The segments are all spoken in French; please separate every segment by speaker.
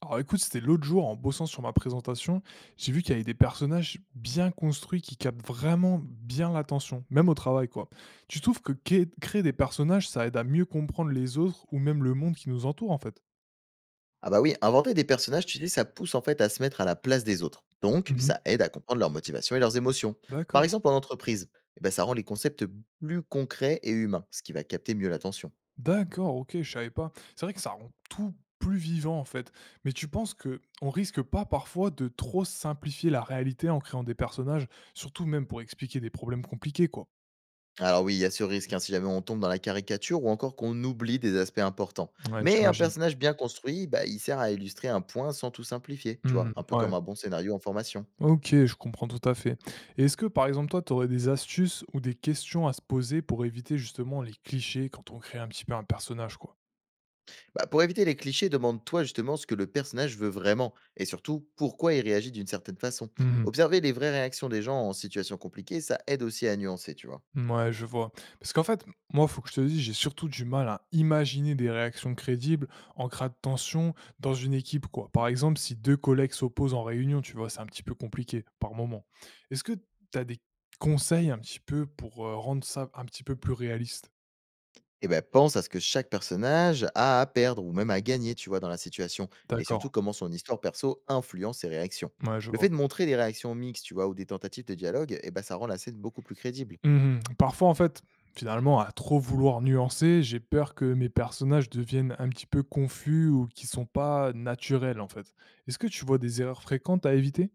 Speaker 1: Alors écoute, c'était l'autre jour en bossant sur ma présentation, j'ai vu qu'il y avait des personnages bien construits qui captent vraiment bien l'attention, même au travail quoi. Tu trouves que créer des personnages, ça aide à mieux comprendre les autres ou même le monde qui nous entoure en fait?
Speaker 2: Ah bah oui, inventer des personnages, tu dis, ça pousse en fait à se mettre à la place des autres. Donc,
Speaker 1: Mhm.
Speaker 2: ça aide à comprendre leurs motivations et leurs émotions. Par
Speaker 1: D'accord,
Speaker 2: exemple, en entreprise, eh ben, ça rend les concepts plus concrets et humains, ce qui va capter mieux l'attention.
Speaker 1: d'accord, ok, je savais pas. C'est vrai que ça rend tout plus vivant en fait. Mais tu penses que on risque pas parfois de trop simplifier la réalité en créant des personnages, surtout même pour expliquer des problèmes compliqués quoi.
Speaker 2: Alors oui, il y a ce risque, hein, si jamais on tombe dans la caricature ou encore qu'on oublie des aspects importants.
Speaker 1: Ouais,
Speaker 2: Mais un
Speaker 1: j'imagine.
Speaker 2: personnage bien construit, bah, il sert à illustrer un point sans tout simplifier, tu vois,
Speaker 1: Mhm,
Speaker 2: un peu comme
Speaker 1: ouais.
Speaker 2: un bon scénario en formation.
Speaker 1: Ok, je comprends tout à fait. Et est-ce que par exemple toi, tu aurais des astuces ou des questions à se poser pour éviter justement les clichés quand on crée un petit peu un personnage, quoi?
Speaker 2: Bah, pour éviter les clichés, demande-toi justement ce que le personnage veut vraiment et surtout pourquoi il réagit d'une certaine façon.
Speaker 1: Mhm.
Speaker 2: Observer les vraies réactions des gens en situation compliquée, ça aide aussi à nuancer, tu vois.
Speaker 1: Ouais, je vois. Parce qu'en fait, moi, faut que je te dise, j'ai surtout du mal à imaginer des réactions crédibles en cas de tension dans une équipe, quoi. Par exemple, si deux collègues s'opposent en réunion, tu vois, c'est un petit peu compliqué par moment. Est-ce que tu as des conseils un petit peu pour rendre ça un petit peu plus réaliste?
Speaker 2: Et ben pense à ce que chaque personnage a à perdre ou même à gagner, tu vois, dans la situation et
Speaker 1: D'accord.
Speaker 2: surtout comment son histoire perso influence ses réactions.
Speaker 1: Ouais, je
Speaker 2: Le fait
Speaker 1: vois.
Speaker 2: de montrer des réactions mixtes, tu vois, ou des tentatives de dialogue, et ben ça rend la scène beaucoup plus crédible.
Speaker 1: Mmh. Parfois, en fait, finalement, à trop vouloir nuancer, j'ai peur que mes personnages deviennent un petit peu confus ou qui sont pas naturels, en fait. Est-ce que tu vois des erreurs fréquentes à éviter?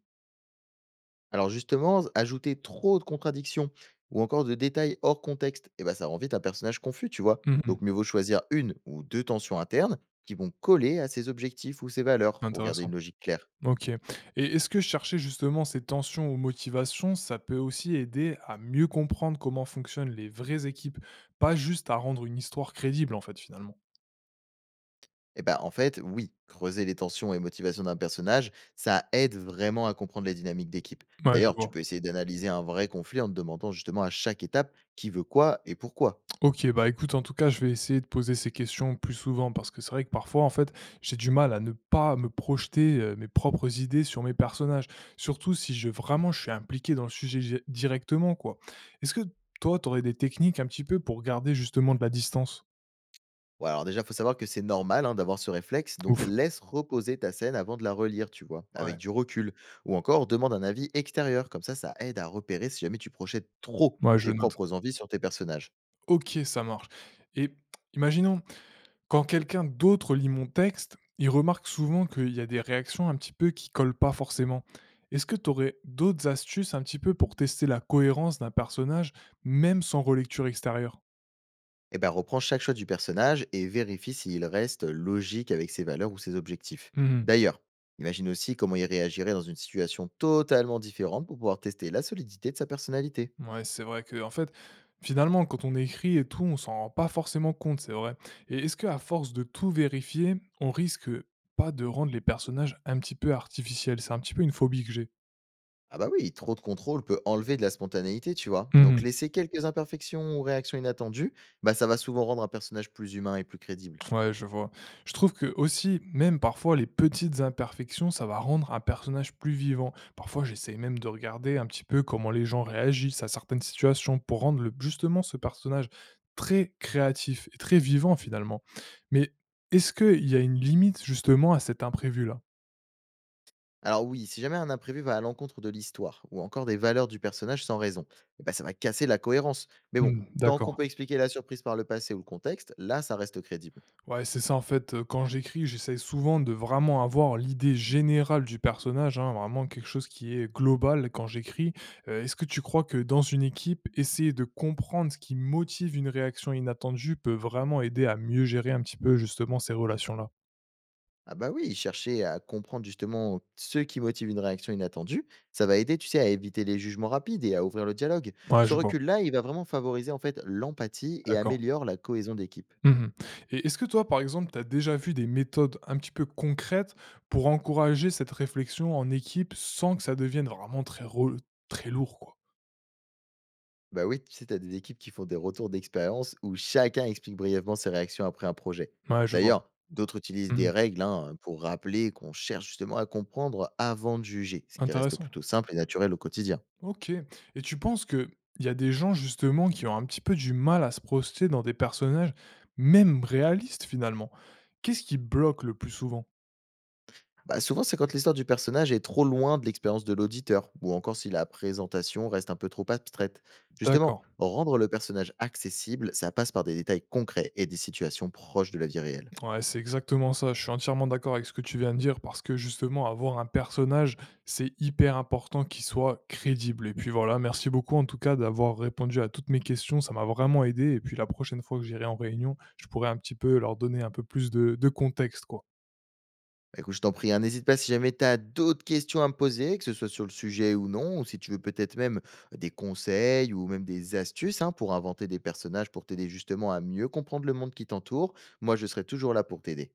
Speaker 2: Alors justement, ajouter trop de contradictions ou encore de détails hors contexte, eh ben ça rend vite un personnage confus, tu vois.
Speaker 1: Mmh.
Speaker 2: Donc mieux vaut choisir une ou deux tensions internes qui vont coller à ses objectifs ou ses valeurs pour garder une
Speaker 1: Intéressant.
Speaker 2: logique claire.
Speaker 1: OK. Et est-ce que chercher justement ces tensions ou motivations, ça peut aussi aider à mieux comprendre comment fonctionnent les vraies équipes? Pas juste à rendre une histoire crédible, en fait, finalement.
Speaker 2: Et ben en fait, oui, creuser les tensions et motivations d'un personnage, ça aide vraiment à comprendre les dynamiques d'équipe.
Speaker 1: Ouais, je
Speaker 2: D'ailleurs, tu
Speaker 1: vois.
Speaker 2: peux essayer d'analyser un vrai conflit en te demandant justement à chaque étape qui veut quoi et pourquoi.
Speaker 1: OK, bah, écoute, en tout cas, je vais essayer de poser ces questions plus souvent parce que c'est vrai que parfois, en fait, j'ai du mal à ne pas me projeter, mes propres idées sur mes personnages. Surtout si je vraiment je suis impliqué dans le sujet gé directement, quoi. Est-ce que toi, tu aurais des techniques un petit peu pour garder justement de la distance?
Speaker 2: Ouais, alors déjà, faut savoir que c'est normal hein, d'avoir ce réflexe, donc
Speaker 1: Ouf,
Speaker 2: laisse reposer ta scène avant de la relire, tu vois, avec
Speaker 1: ouais,
Speaker 2: du recul. Ou encore, demande un avis extérieur, comme ça aide à repérer si jamais tu projettes trop
Speaker 1: ouais, je
Speaker 2: tes
Speaker 1: note.
Speaker 2: propres envies sur tes personnages.
Speaker 1: OK, ça marche, et imaginons, quand quelqu'un d'autre lit mon texte, il remarque souvent qu'il y a des réactions un petit peu qui collent pas forcément. Est-ce que tu aurais d'autres astuces un petit peu pour tester la cohérence d'un personnage, même sans relecture extérieure?
Speaker 2: Et ben, reprends chaque choix du personnage et vérifie s'il reste logique avec ses valeurs ou ses objectifs.
Speaker 1: Mmh,
Speaker 2: D'ailleurs, imagine aussi comment il réagirait dans une situation totalement différente pour pouvoir tester la solidité de sa personnalité.
Speaker 1: ouais, c'est vrai que, en fait, finalement, quand on écrit et tout, on s'en rend pas forcément compte, c'est vrai. Et est-ce que à force de tout vérifier, on risque pas de rendre les personnages un petit peu artificiels? C'est un petit peu une phobie que j'ai.
Speaker 2: Ah bah oui, trop de contrôle peut enlever de la spontanéité, tu vois. Donc
Speaker 1: Mmh,
Speaker 2: laisser quelques imperfections ou réactions inattendues, bah ça va souvent rendre un personnage plus humain et plus crédible.
Speaker 1: ouais, je vois. Je trouve que aussi, même parfois, les petites imperfections, ça va rendre un personnage plus vivant. Parfois, j'essaye même de regarder un petit peu comment les gens réagissent à certaines situations pour rendre justement ce personnage très créatif et très vivant finalement. Mais est-ce qu'il y a une limite justement à cet imprévu-là?
Speaker 2: Alors oui, si jamais un imprévu va à l'encontre de l'histoire ou encore des valeurs du personnage sans raison, eh bah ça va casser la cohérence. Mais bon,
Speaker 1: Hmm,
Speaker 2: tant qu'on
Speaker 1: d'accord.
Speaker 2: peut expliquer la surprise par le passé ou le contexte, là ça reste crédible.
Speaker 1: Ouais, c'est ça en fait, quand j'écris, j'essaye souvent de vraiment avoir l'idée générale du personnage, hein, vraiment quelque chose qui est global quand j'écris. Est-ce que tu crois que dans une équipe, essayer de comprendre ce qui motive une réaction inattendue peut vraiment aider à mieux gérer un petit peu justement ces relations-là?
Speaker 2: Ah bah oui, chercher à comprendre justement ce qui motive une réaction inattendue, ça va aider, tu sais, à éviter les jugements rapides et à ouvrir le dialogue.
Speaker 1: Ouais,
Speaker 2: Ce
Speaker 1: je, oui, vois,
Speaker 2: recul-là, il va vraiment favoriser en fait l'empathie et
Speaker 1: d'accord.
Speaker 2: améliore la cohésion d'équipe.
Speaker 1: Mmh, et est-ce que toi, par exemple, tu as déjà vu des méthodes un petit peu concrètes pour encourager cette réflexion en équipe sans que ça devienne vraiment très lourd, quoi?
Speaker 2: Bah oui, tu sais, t'as des équipes qui font des retours d'expérience où chacun explique brièvement ses réactions après un projet.
Speaker 1: Ouais, je vois.
Speaker 2: D'ailleurs, d'autres utilisent des
Speaker 1: Mmh.
Speaker 2: règles hein, pour rappeler qu'on cherche justement à comprendre avant de juger, ce qui reste
Speaker 1: Intéressant.
Speaker 2: plutôt simple et naturel au quotidien.
Speaker 1: OK, et tu penses que il y a des gens justement qui ont un petit peu du mal à se projeter dans des personnages, même réalistes finalement. Qu'est-ce qui bloque le plus souvent?
Speaker 2: Bah, souvent, c'est quand l'histoire du personnage est trop loin de l'expérience de l'auditeur, ou encore si la présentation reste un peu trop abstraite. Justement,
Speaker 1: D'accord.
Speaker 2: rendre le personnage accessible, ça passe par des détails concrets et des situations proches de la vie réelle.
Speaker 1: Ouais, c'est exactement ça. Je suis entièrement d'accord avec ce que tu viens de dire parce que justement, avoir un personnage, c'est hyper important qu'il soit crédible et puis voilà, merci beaucoup en tout cas d'avoir répondu à toutes mes questions, ça m'a vraiment aidé et puis la prochaine fois que j'irai en réunion, je pourrai un petit peu leur donner un peu plus de contexte, quoi.
Speaker 2: Bah, écoute, je t'en prie, hein, n'hésite pas si jamais tu as d'autres questions à me poser, que ce soit sur le sujet ou non, ou si tu veux peut-être même des conseils ou même des astuces hein, pour inventer des personnages pour t'aider justement à mieux comprendre le monde qui t'entoure. Moi, je serai toujours là pour t'aider.